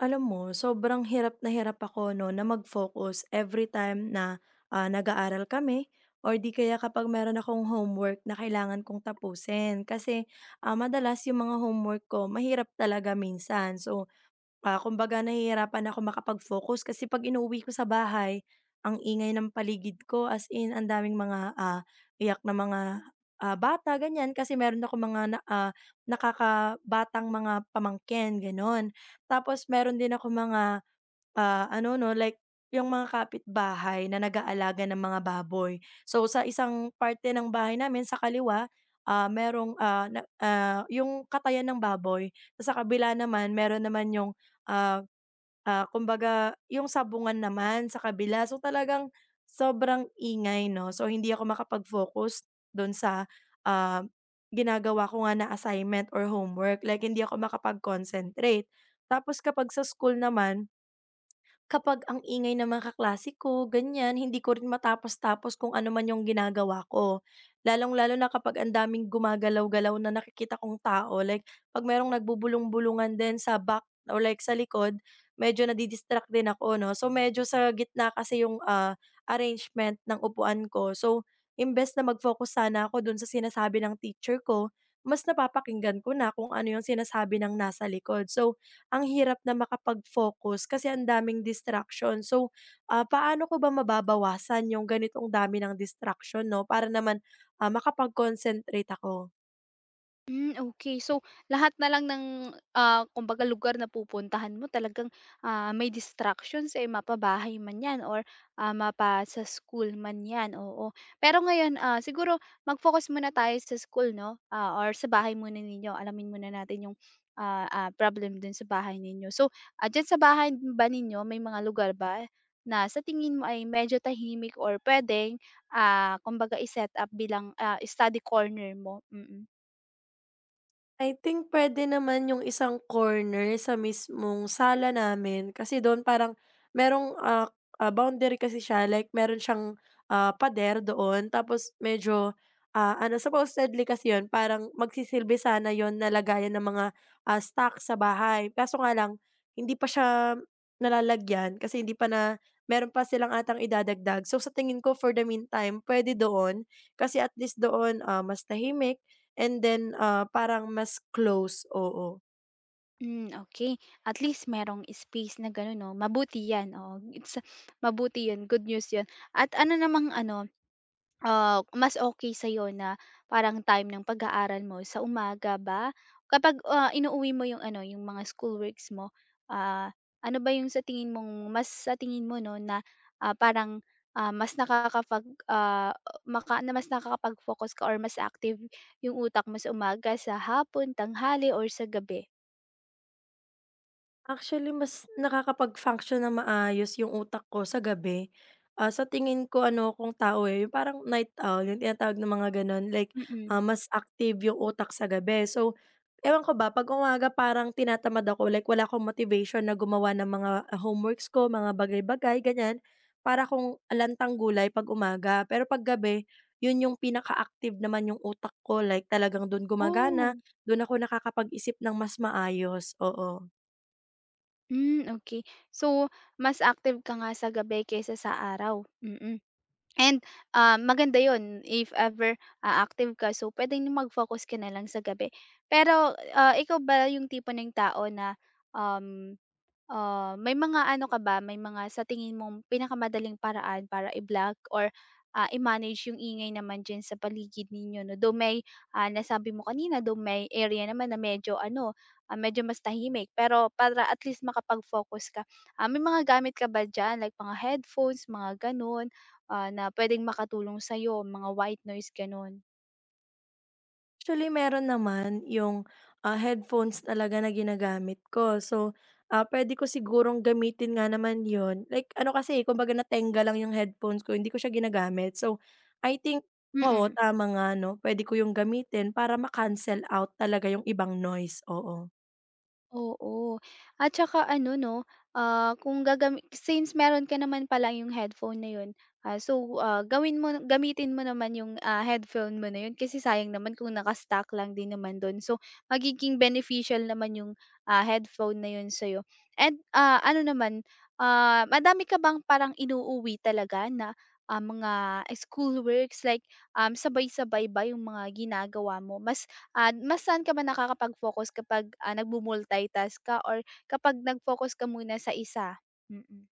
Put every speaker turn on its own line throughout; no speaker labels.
Alam mo, sobrang hirap na hirap ako 'no, na mag-focus every time na, nag-aaral kami or 'di kaya kapag meron akong homework na kailangan kong tapusin. Kasi, madalas yung mga homework ko mahirap talaga minsan. So, kumbaga nahihirapan ako makapag-focus kasi 'pag inuuwi ko sa bahay, ang ingay ng paligid ko as in ang daming mga, iyak na mga, bata ganyan kasi meron ako mga nakakabatang mga pamangkin gano'n. Tapos meron din ako mga ano 'no, like yung mga kapitbahay na nag-aalaga ng mga baboy. So, sa isang parte ng bahay namin sa kaliwa, merong, yung katayan ng baboy. Tas sa kabila naman meron naman yung, ah, kumbaga yung sabungan naman sa kabila. So, talagang sobrang ingay 'no. So, hindi ako makapag-focus dun sa, ah, ginagawa ko nga na assignment or homework. Like hindi ako makapag-concentrate. Tapos kapag sa school naman kapag ang ingay ng mga kaklase ko, ganyan, hindi ko rin matapos-tapos kung ano man yung ginagawa ko. Lalong-lalo na kapag ang daming gumagalaw-galaw na nakikita kong tao, like, pag merong nagbubulong-bulungan din sa back or like sa likod, medyo nadidistract din ako, no? So, medyo sa gitna kasi yung arrangement ng upuan ko. So, imbes na mag-focus sana ako dun sa sinasabi ng teacher ko, mas napapakinggan ko na kung ano yung sinasabi ng nasa likod. So, ang hirap na makapag-focus kasi ang daming distraction. So, paano ko ba mababawasan yung ganitong dami ng distraction 'no, para naman, makapag-concentrate ako?
Hmm, okay. So, lahat na lang ng, kumbaga lugar na pupuntahan mo talagang, may distractions, eh, mapabahay man 'yan or, mapa sa school man 'yan, oo. Pero ngayon, siguro mag-focus muna tayo sa school 'no, or sa bahay muna ninyo. Alamin muna natin yung, problem dun sa bahay ninyo. So, diyan sa bahay ba ninyo may mga lugar ba na sa tingin mo ay medyo tahimik or puwedeng, kumbaga i-set up bilang, study corner mo? Mm. Mm.
I think pwede naman yung isang corner sa mismong sala namin kasi doon parang merong, boundary kasi siya like meron siyang, pader doon tapos medyo, ano supposedly kasi 'yun parang magsisilbi sana 'yun na lagayan ng mga, stock sa bahay kaso nga lang hindi pa siya nalalagyan kasi hindi pa meron pa silang atang idadagdag. So, sa tingin ko for the meantime pwede doon kasi at least doon, mas tahimik. And then, parang mas close, oo.
Hmm, okay. At least merong space na gano'n 'no, mabuti 'yan, oo. It's mabuti 'yun, good news 'yun. At ano namang ano, mas okey sa'yo na parang time ng pag-aaral mo sa umaga ba? Kapag, inuuwi mo 'yung ano, 'yung mga schoolworks mo, ah, ano ba 'yung sa tingin mong mas sa tingin mo 'no na, parang, mas nakakapag, ah, maka na mas nakakapag-focus ka or mas active 'yung utak mo sa umaga, sa hapon, tanghali or sa gabi?
Actually, mas nakakapag-function na maayos yung utak ko sa gabi. Ah, sa tingin ko ano kung tao, eh, yung parang night owl, yung tinatawag na mga gano'n, like,
Mm.
mas active yung utak sa gabi. So, ewan ko ba, 'pag umaga parang tinatamad ako, like wala akong motivation na gumawa ng mga homeworks ko, mga bagay-bagay, ganiyan. Para kung lantang gulay 'pag umaga. Pero 'pag gabi, yun yung pinaka-active naman yung utak ko, like talagang dun gumagana,
Oh,
dun ako nakakapag-isip ng mas maayos, oo.
hmm, okay. So, mas active ka nga sa gabi kaysa sa araw, mm. And, maganda yon. If ever, active ka so puwedeng mag-focus ka na lang sa gabi. Pero, ikaw ba yung tipo ng tao na, um may mga ano ka ba, may mga sa tingin mong pinakamadaling paraan para i-block or, i-manage yung ingay naman diyan sa paligid ninyo 'no? Though may, nasabi mo kanina though may area naman na medyo ano, medyo mas tahimik pero para at least makapag-focus ka, may mga gamit ka ba diyan like mga headphones, mga gano'n, na puwedeng makatulong sa'yo, mga white noise gano'n?
Actually, meron naman yung, headphones talaga na ginagamit ko. So, pwede ko sigurong gamitin nga naman yon. Like ano kasi, eh, kumbaga natenga lang yung headphones ko, hindi ko siya ginagamit. So, I think oo,
Mm.
tama nga 'no, pwede ko yung gamitin para ma-cancel out talaga yung ibang noise, oo.
Oo. At saka ano 'no, kung gagami since meron ka naman pala yung headphone na yun, so, gawin mo gamitin mo naman yung, headphone mo na yun kasi sayang naman kung nakastack lang din naman dun. So, magiging beneficial naman yung, headphone na yun sa'yo. And, ano naman, madami ka bang parang inuuwi talaga na, mga school works like, sabay-sabay ba yung mga ginagawa mo? Mas saan ka ba nakakapag-focus kapag, nagmu-multitask ka or kapag nag-focus ka muna sa isa? Mm,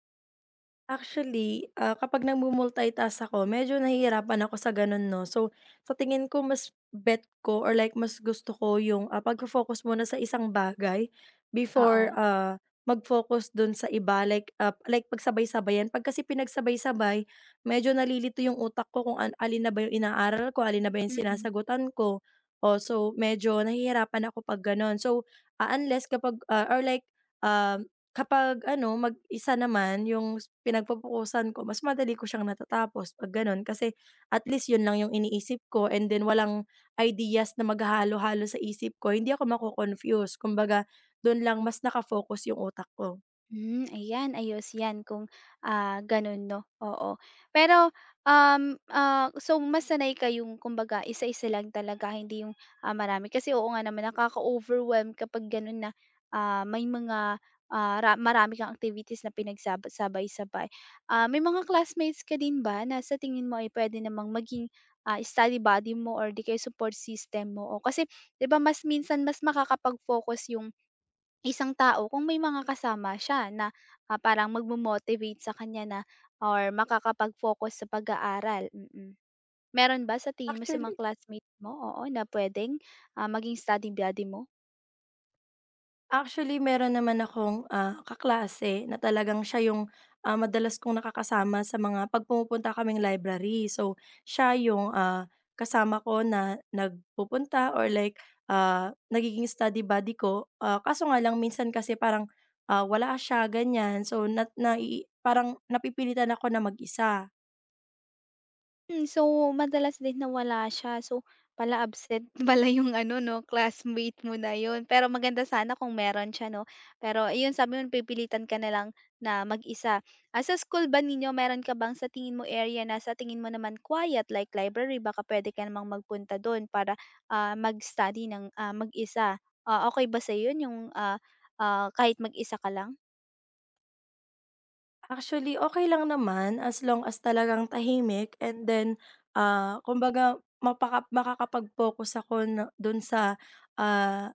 Actually, kapag nagmu-multitask ako medyo nahihirapan ako sa gano'n 'no. So, sa tingin ko mas bet ko or like mas gusto ko yung, pagfo-focus muna sa isang bagay before,
oo,
mag-focus dun sa iba like, like pagsabay-sabayan. 'Pag kasi pinagsabay-sabay medyo nalilito yung utak ko kung an alin na ba yung inaaral ko, alin na ba yung
mm.
sinasagutan ko. Oh, so medyo nahihirapan ako 'pag gano'n. So, unless kapag, or like, um, kapag ano mag-isa naman yung pinagpapukusan ko, mas madali ko siyang natatapos 'pag gano'n. Kasi at least 'yun lang 'yung iniisip ko and then walang ideas na maghahalo-halo sa isip ko, hindi ako mako-confuse. Kumbaga, dun lang mas naka 'yung utak ko.
Hmm, ayan ayos 'yan kung, gano'n 'no, oo. Pero, so mas sanay kayong kumbaga isa-isa lang talaga hindi yung, marami kasi oo nga naman nakaka-overwhelm kapag gano'n na, may mga, ah, ra marami kang activities na pinagsaba sabay-sabay. May mga classmates ka din ba na sa tingin mo ay puwede namang maging, study buddy mo or di kaya support system mo? O kasi 'di ba mas minsan mas makakapag-focus yung isang tao kung may mga kasama siya na, parang magmo-motivate sa kanya na or makakapag-focus sa pag-aaral, mm. Mm. Meron ba sa tingin mo sa mga
Actually
classmates mo, oo, na pwedeng maging study buddy mo?
Actually, meron naman akong, kaklase na talagang siya yung, madalas kong nakakasama sa mga 'pag pumupunta kaming library. So, siya yung, kasama ko na nagpupunta or like, nagiging study buddy ko. Ah, kaso nga lang minsan kasi parang, wala siya, ganyan. So, na nai parang napipilitan ako na mag-isa.
Hmm, so madalas din nawala siya. So, pala absent pala yung ano 'no, classmate mo na yun. Pero maganda sana kung meron siya 'no. Pero ayun, sabi mo napipilitan ka na lang na mag-isa. Sa school ba ninyo meron ka bang sa tingin mo area na sa tingin mo naman quiet like library? Baka pwede ka namang magpunta dun para, mag-study ng, mag-isa. Okay ba sa yun yung, kahit mag-isa ka lang?
Actually, okay lang naman as long as talagang tahimik and then, kumbaga mapaka makakapag-focus ako na dun sa, ah,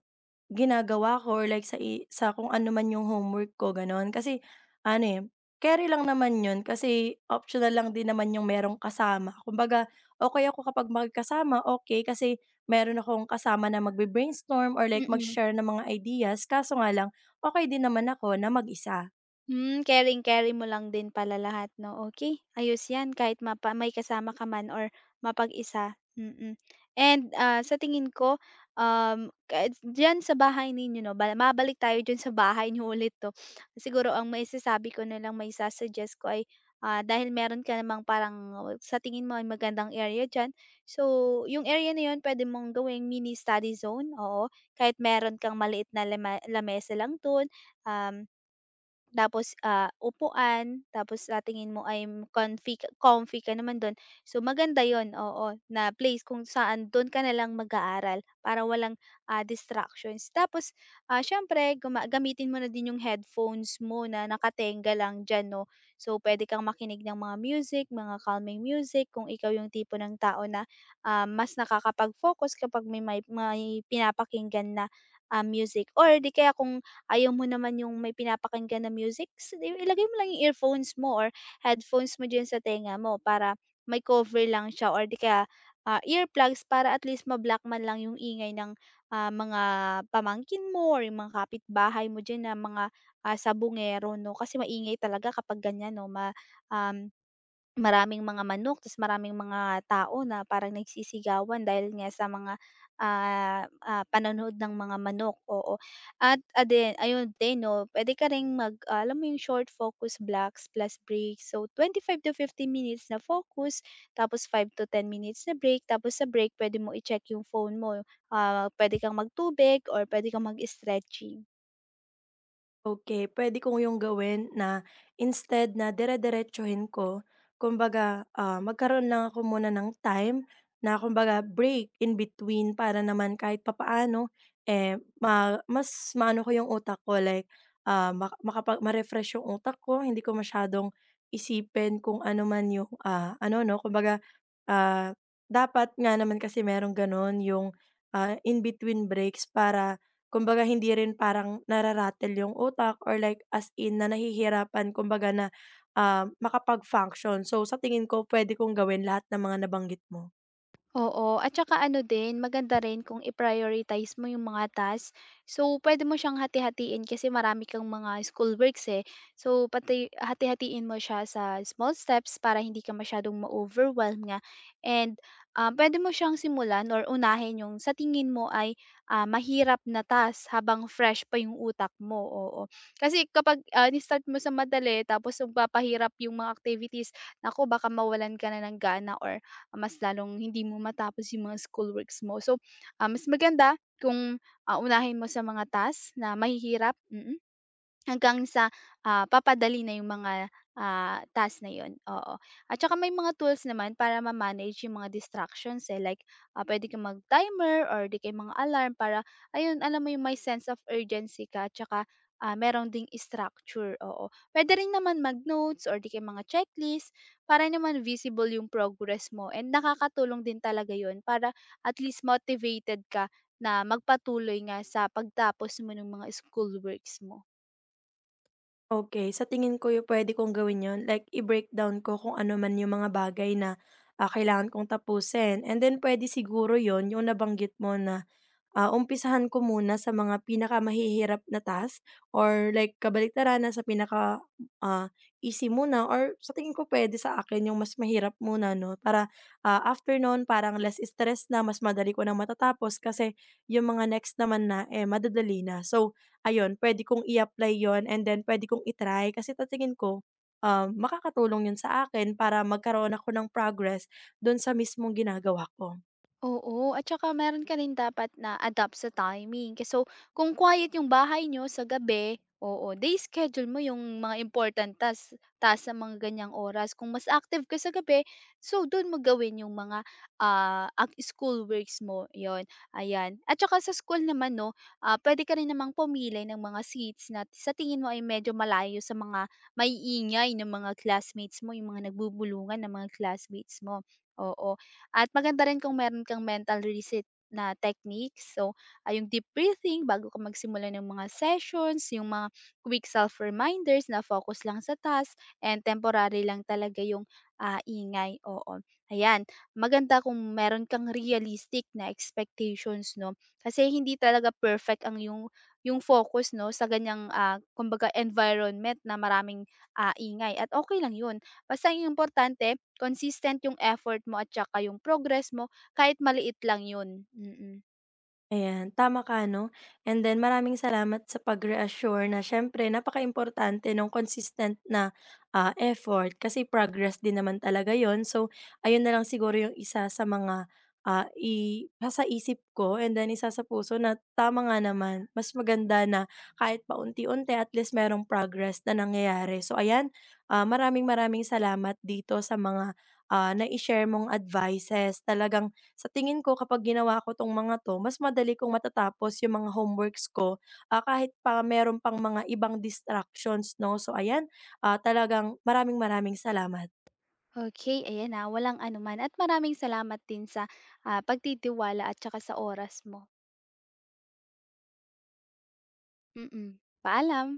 ginagawa ko or like sa i sa kung ano man yung homework ko, gano'n. Kasi ano, eh, keri lang naman yun kasi optional lang din naman yung merong kasama. Kumbaga, okay ako kapag magkasama okay kasi meron akong kasama na magbe-brainstorm or like
Mm.
mag-share ng mga ideas. Kaso nga lang, okey din naman ako na mag-isa.
Hmm, caring caring mo lang din pala lahat 'no, okay ayos 'yan kahit mapa may kasama ka man or mapag-isa, mm. And, sa tingin ko, kahit diyan sa bahay ninyo 'no, ba mabalik tayo diyan sa bahay niyo ulit 'to. Siguro ang maisasabi ko na lang, maisa-suggest ko ay, dahil meron ka namang parang sa tingin mo ay magandang area diyan, so yung area na 'yun puwede mong gawing mini study zone, oo. Kahit meron kang maliit na lamesa lang do'n, um, tapos, upuan, tapos sa tingin mo ay comfy ka naman dun. So maganda yon oo, na place kung saan dun ka na lang mag-aaral para walang, distractions. Tapos, siyempre gamitin mo na din yung headphones mo na nakatenga lang diyan 'no. So pwede kang makinig ng mga music, mga calming music kung ikaw yung tipo ng tao na, mas nakakapag-focus kapag may pinapakinggan na, music or di kaya kung ayaw mo naman yung may pinapakinggan na music, s i ilagay mo lang yung earphones mo or headphones mo diyan sa tenga mo para may cover lang siya or di kaya, earplugs para at least ma-block man lang yung ingay ng, mga pamangkin mo or yung mga kapitbahay mo diyan na mga, sabungero 'no, kasi maingay talaga kapag ganyan 'no ma um maraming mga manok ta's maraming mga tao na parang nagsisigawan dahil nga sa mga, panonood ng mga manok, oo. At, din ayun din 'no, puwede ka ring alam mo yung short focus blocks plus break, so, 25 to 15 minutes na focus, tapos 5 to 10 minutes na break, tapos sa break pwede mo i-check yung phone mo. Puwede kang magtubig or pwede kang mag-stretching.
Okay, puwede ko yung gawin na instead na dire-diretsuhin ko, kumbaga, magkaroon lang ako muna ng time na kumbaga break in between para naman kahit papaano, eh, ma mas maano ko yung utak ko like, ma makapag ma-refresh yung utak ko, hindi ko masyadong isipin kung ano man yung, ano 'no, kumbaga, ah, dapat nga naman kasi merong gano'n yung, in between breaks para Kumbaga hindi rin parang nara yung utak or like as in na nahihirapan kumbaga na, makapag-function. So sa tingin ko puwede kong gawin lahat ng mga nabanggit mo.
Oo, at saka ano din, maganda rin kung i-prioritize mo yung mga task. So, pwede mo siyang hati-hatiin kasi marami kang mga schoolworks, eh. So, pati hati-hatiin mo siya sa small steps para hindi ka masyadong ma-overwhelm nga and, pwede mo siyang simulan or unahin yung sa tingin mo ay, mahirap na task habang fresh pa yung utak mo, oo. Kasi kapag, ini-start mo sa madali tapos nagpapahirap yung mga activities, naku, baka mawalan ka na ng gana or mas lalong hindi mo matapos yung mga schoolworks mo. So, mas maganda kung, unahin mo sa mga task na mahihirap, mm. Hanggang sa, papadali na yung mga, task na yun, oo. At saka may mga tools naman para ma-manage yung mga distractions, eh, like, puwede kang mag-timer or di kaya mga alarm para ayun, alam mo yung may sense of urgency ka at saka, meron ding structure, oo. Puwede rin naman mag-notes or di kaya mga checklist para naman visible yung progress mo and nakakatulong din talaga yun para at least motivated ka na magpatuloy nga sa pagtapos mo ng mga school works mo.
Okay sa tingin ko yung puwede kong gawin yun, like i-breakdown ko kung ano man yung mga bagay na, kailangan kong tapusin and then pwede siguro yon yung nabanggit mo na umpisahan ko muna sa mga pinakamahihirap na task or like kabaliktaran na sa pinaka ah, easy muna or sa tingin ko puwede sa akin yung mas mahirap muna 'no para, after no'n parang less stress na, mas madali ko na matatapos kasi yung mga next naman na, eh, madadali na. So ayun, puwede kong i-apply 'yon and then puwede kong i kasi tatingin ko, makakatulong 'yon sa akin para magkaroon ako ng progress do'n sa mismong ginagawa ko.
Oo, at saka meron ka rin dapat na adapt sa timing. So, kung quiet yung bahay nyo sa gabi, oo, day schedule mo yung mga important task, sa mga ganyang oras. Kung mas active ka sa gabi, so doon mo gawin yung ang school works mo. Yon. Ayan. At saka sa school naman no, pwede ka rin namang pumili ng mga seats na sa tingin mo ay medyo malayo sa mga maiingay ng mga classmates mo, yung mga nagbubulungan ng mga classmates mo. Oo. At maganda rin kung meron kang mental reset na techniques. So, yung deep breathing bago ka magsimula ng mga sessions, yung mga quick self-reminders na focus lang sa task and temporary lang talaga yung ingay. Oo. Ayan. Maganda kung meron kang realistic na expectations, no? Kasi hindi talaga perfect ang yung focus no sa ganyang kumbaga environment na maraming ingay at okay lang 'yun. Basta ang importante consistent yung effort mo at saka yung progress mo kahit maliit lang yun, mm.
Ayan, tama ka 'no. And then maraming salamat sa pag-reassure na syempre napaka-importante ng consistent na, effort kasi progress din naman talaga yon. So, ayun na lang siguro yung isa sa mga, i nasa isip ko and then isa sa puso na tama nga naman, mas maganda na kahit paunti-unti at least merong progress na nangyayari. So ayan, maraming maraming salamat dito sa mga, nai-share mong advices. Talagang sa tingin ko kapag ginawa ko 'tong mga 'to, mas madali kong matatapos yung mga homeworks ko, kahit pa meron pang mga ibang distractions 'no. So ayan, talagang maraming maraming salamat.
Okey, ayan, na, walang anuman at maraming salamat din sa, pagtitiwala at saka sa oras mo. Mm, paalam.